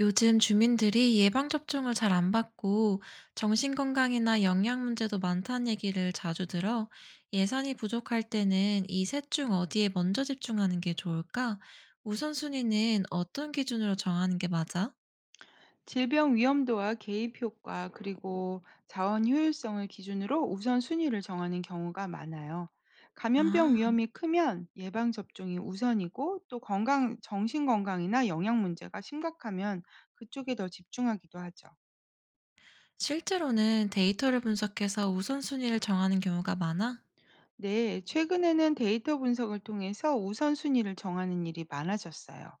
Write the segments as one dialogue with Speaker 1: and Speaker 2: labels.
Speaker 1: 요즘 주민들이 예방접종을 잘 안 받고 정신건강이나 영양 문제도 많다는 얘기를 자주 들어. 예산이 부족할 때는 이 셋 중 어디에 먼저 집중하는 게 좋을까? 우선순위는 어떤 기준으로 정하는 게 맞아?
Speaker 2: 질병 위험도와 개입 효과 그리고 자원 효율성을 기준으로 우선순위를 정하는 경우가 많아요. 감염병
Speaker 1: 아,
Speaker 2: 위험이 크면 예방 접종이 우선이고 또 건강 정신 건강이나 영양 문제가 심각하면 그쪽에 더 집중하기도 하죠.
Speaker 1: 실제로는 데이터를 분석해서 우선순위를 정하는 경우가 많아?
Speaker 2: 네, 최근에는 데이터 분석을 통해서 우선순위를 정하는 일이 많아졌어요.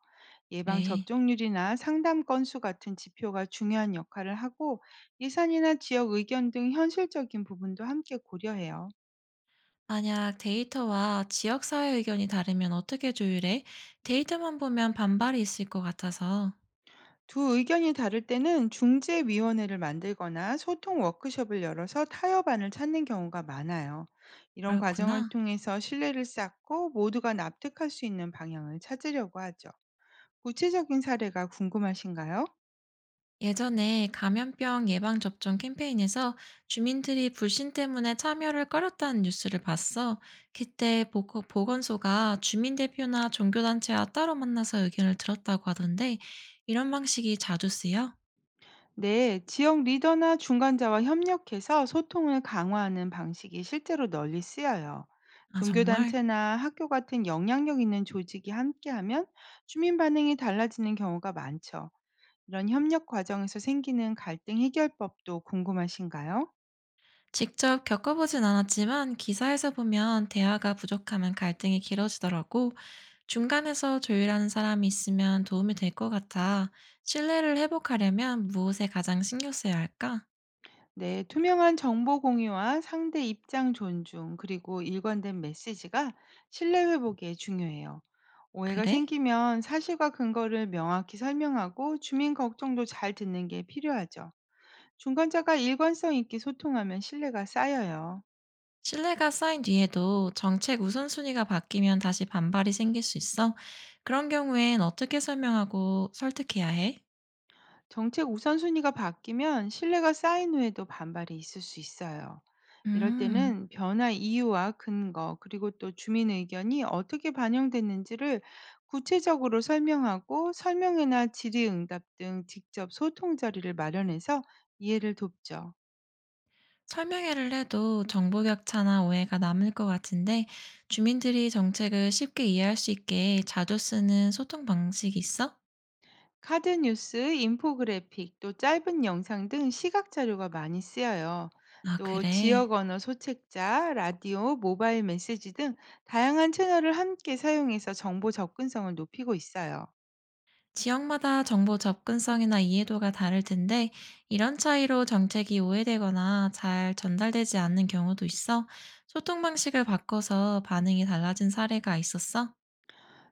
Speaker 2: 예방
Speaker 1: 그래.
Speaker 2: 접종률이나 상담 건수 같은 지표가 중요한 역할을 하고 예산이나 지역 의견 등 현실적인 부분도 함께 고려해요.
Speaker 1: 만약 데이터와 지역사회 의견이 다르면 어떻게 조율해? 데이터만 보면 반발이 있을 것 같아서.
Speaker 2: 두 의견이 다를 때는 중재위원회를 만들거나 소통 워크숍을 열어서 타협안을 찾는 경우가 많아요. 이런 과정을
Speaker 1: 그렇구나.
Speaker 2: 통해서 신뢰를 쌓고 모두가 납득할 수 있는 방향을 찾으려고 하죠. 구체적인 사례가 궁금하신가요?
Speaker 1: 예전에 감염병 예방접종 캠페인에서 주민들이 불신 때문에 참여를 꺼렸다는 뉴스를 봤어. 그때 보건소가 주민대표나 종교단체와 따로 만나서 의견을 들었다고 하던데 이런 방식이 자주 쓰여?
Speaker 2: 네, 지역 리더나 중간자와 협력해서 소통을 강화하는 방식이 실제로 널리 쓰여요.
Speaker 1: 아, 정말?
Speaker 2: 종교단체나 학교 같은 영향력 있는 조직이 함께하면 주민 반응이 달라지는 경우가 많죠. 이런 협력 과정에서 생기는 갈등 해결법도 궁금하신가요?
Speaker 1: 직접 겪어보진 않았지만 기사에서 보면 대화가 부족하면 갈등이 길어지더라고. 중간에서 조율하는 사람이 있으면 도움이 될 것 같아. 신뢰를 회복하려면 무엇에 가장 신경 써야 할까?
Speaker 2: 네, 투명한 정보 공유와 상대 입장 존중, 그리고 일관된 메시지가 신뢰 회복에 중요해요. 오해가
Speaker 1: 그래?
Speaker 2: 생기면 사실과 근거를 명확히 설명하고 주민 걱정도 잘 듣는 게 필요하죠. 중간자가 일관성 있게 소통하면 신뢰가 쌓여요.
Speaker 1: 신뢰가 쌓인 뒤에도 정책 우선순위가 바뀌면 다시 반발이 생길 수 있어. 그런 경우엔 어떻게 설명하고 설득해야 해?
Speaker 2: 정책 우선순위가 바뀌면 신뢰가 쌓인 후에도 반발이 있을 수 있어요. 이럴
Speaker 1: 음,
Speaker 2: 때는 변화 이유와 근거, 그리고 또 주민 의견이 어떻게 반영됐는지를 구체적으로 설명하고 설명회나 질의응답 등 직접 소통 자리를 마련해서 이해를 돕죠.
Speaker 1: 설명회를 해도 정보 격차나 오해가 남을 것 같은데 주민들이 정책을 쉽게 이해할 수 있게 자주 쓰는 소통 방식이 있어?
Speaker 2: 카드 뉴스, 인포그래픽, 또 짧은 영상 등 시각 자료가 많이 쓰여요.
Speaker 1: 아,
Speaker 2: 또
Speaker 1: 그래.
Speaker 2: 지역 언어 소책자, 라디오, 모바일 메시지 등 다양한 채널을 함께 사용해서 정보 접근성을 높이고 있어요.
Speaker 1: 지역마다 정보 접근성이나 이해도가 다를 텐데 이런 차이로 정책이 오해되거나 잘 전달되지 않는 경우도 있어. 소통 방식을 바꿔서 반응이 달라진 사례가 있었어?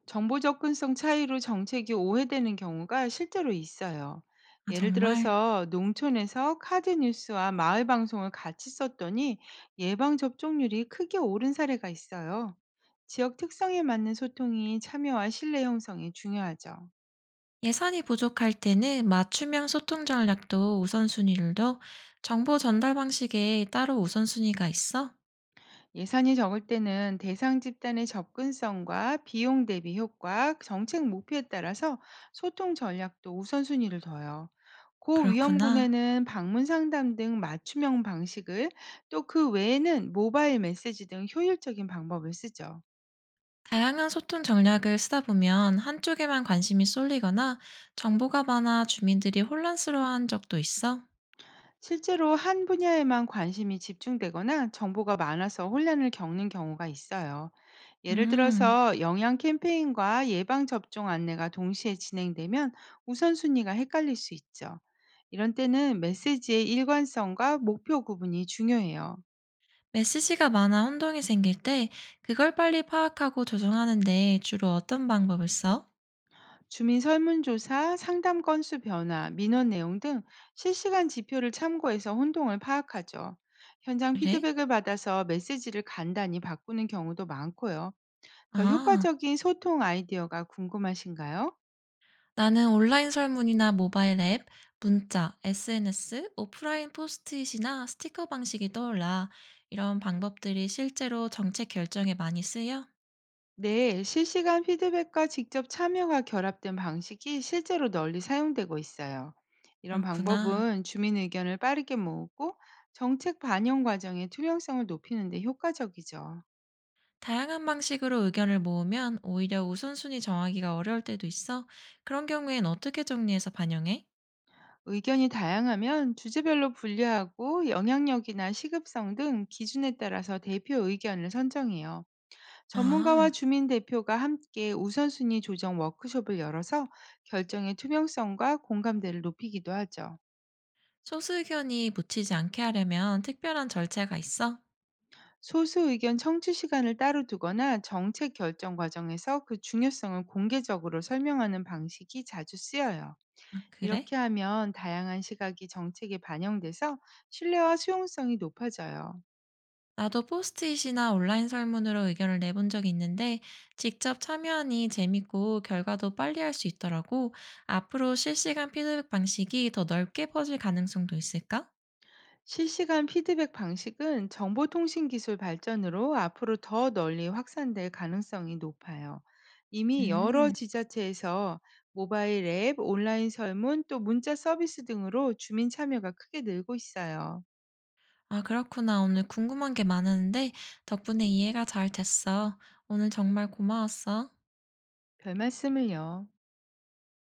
Speaker 2: 정보 접근성 차이로 정책이 오해되는 경우가 실제로 있어요.
Speaker 1: 아,
Speaker 2: 예를
Speaker 1: 정말?
Speaker 2: 들어서 농촌에서 카드 뉴스와 마을 방송을 같이 썼더니 예방 접종률이 크게 오른 사례가 있어요. 지역 특성에 맞는 소통이 참여와 신뢰 형성에 중요하죠.
Speaker 1: 예산이 부족할 때는 맞춤형 소통 전략도 우선순위를 둬. 정보 전달 방식에 따로 우선순위가 있어?
Speaker 2: 예산이 적을 때는 대상 집단의 접근성과 비용 대비 효과, 정책 목표에 따라서 소통 전략도 우선순위를 둬요.
Speaker 1: 그렇구나.
Speaker 2: 고위험군에는 방문 상담 등 맞춤형 방식을, 또 그 외에는 모바일 메시지 등 효율적인 방법을 쓰죠.
Speaker 1: 다양한 소통 전략을 쓰다 보면 한쪽에만 관심이 쏠리거나 정보가 많아 주민들이 혼란스러워한 적도 있어?
Speaker 2: 실제로 한 분야에만 관심이 집중되거나 정보가 많아서 혼란을 겪는 경우가 있어요. 예를
Speaker 1: 음,
Speaker 2: 들어서 영양 캠페인과 예방접종 안내가 동시에 진행되면 우선순위가 헷갈릴 수 있죠. 이런 때는 메시지의 일관성과 목표 구분이 중요해요.
Speaker 1: 메시지가 많아 혼동이 생길 때 그걸 빨리 파악하고 조정하는데 주로 어떤 방법을 써?
Speaker 2: 주민 설문조사, 상담 건수 변화, 민원 내용 등 실시간 지표를 참고해서 혼동을 파악하죠. 현장
Speaker 1: 그래?
Speaker 2: 피드백을 받아서 메시지를 간단히 바꾸는 경우도 많고요. 더
Speaker 1: 아,
Speaker 2: 효과적인 소통 아이디어가 궁금하신가요?
Speaker 1: 나는 온라인 설문이나 모바일 앱, 문자, SNS, 오프라인 포스트잇이나 스티커 방식이 떠올라. 이런 방법들이 실제로 정책 결정에 많이 쓰여?
Speaker 2: 네, 실시간 피드백과 직접 참여가 결합된 방식이 실제로 널리 사용되고 있어요. 이런
Speaker 1: 그렇구나.
Speaker 2: 방법은 주민 의견을 빠르게 모으고 정책 반영 과정의 투명성을 높이는 데 효과적이죠.
Speaker 1: 다양한 방식으로 의견을 모으면 오히려 우선순위 정하기가 어려울 때도 있어. 그런 경우엔 어떻게 정리해서 반영해?
Speaker 2: 의견이 다양하면 주제별로 분류하고 영향력이나 시급성 등 기준에 따라서 대표 의견을 선정해요. 전문가와
Speaker 1: 아.
Speaker 2: 주민 대표가 함께 우선순위 조정 워크숍을 열어서 결정의 투명성과 공감대를 높이기도 하죠.
Speaker 1: 소수견이 묻히지 않게 하려면 특별한 절차가 있어?
Speaker 2: 소수 의견 청취 시간을 따로 두거나 정책 결정 과정에서 그 중요성을 공개적으로 설명하는 방식이 자주 쓰여요.
Speaker 1: 아, 그래?
Speaker 2: 이렇게 하면 다양한 시각이 정책에 반영돼서 신뢰와 수용성이 높아져요.
Speaker 1: 나도 포스트잇이나 온라인 설문으로 의견을 내본 적이 있는데 직접 참여하니 재밌고 결과도 빨리 할 수 있더라고. 앞으로 실시간 피드백 방식이 더 넓게 퍼질 가능성도 있을까?
Speaker 2: 실시간 피드백 방식은 정보통신 기술 발전으로 앞으로 더 널리 확산될 가능성이 높아요. 이미 여러
Speaker 1: 음,
Speaker 2: 지자체에서 모바일 앱, 온라인 설문, 또 문자 서비스 등으로 주민 참여가 크게 늘고 있어요.
Speaker 1: 아, 그렇구나. 오늘 궁금한 게 많았는데 덕분에 이해가 잘 됐어. 오늘 정말 고마웠어.
Speaker 2: 별 말씀을요.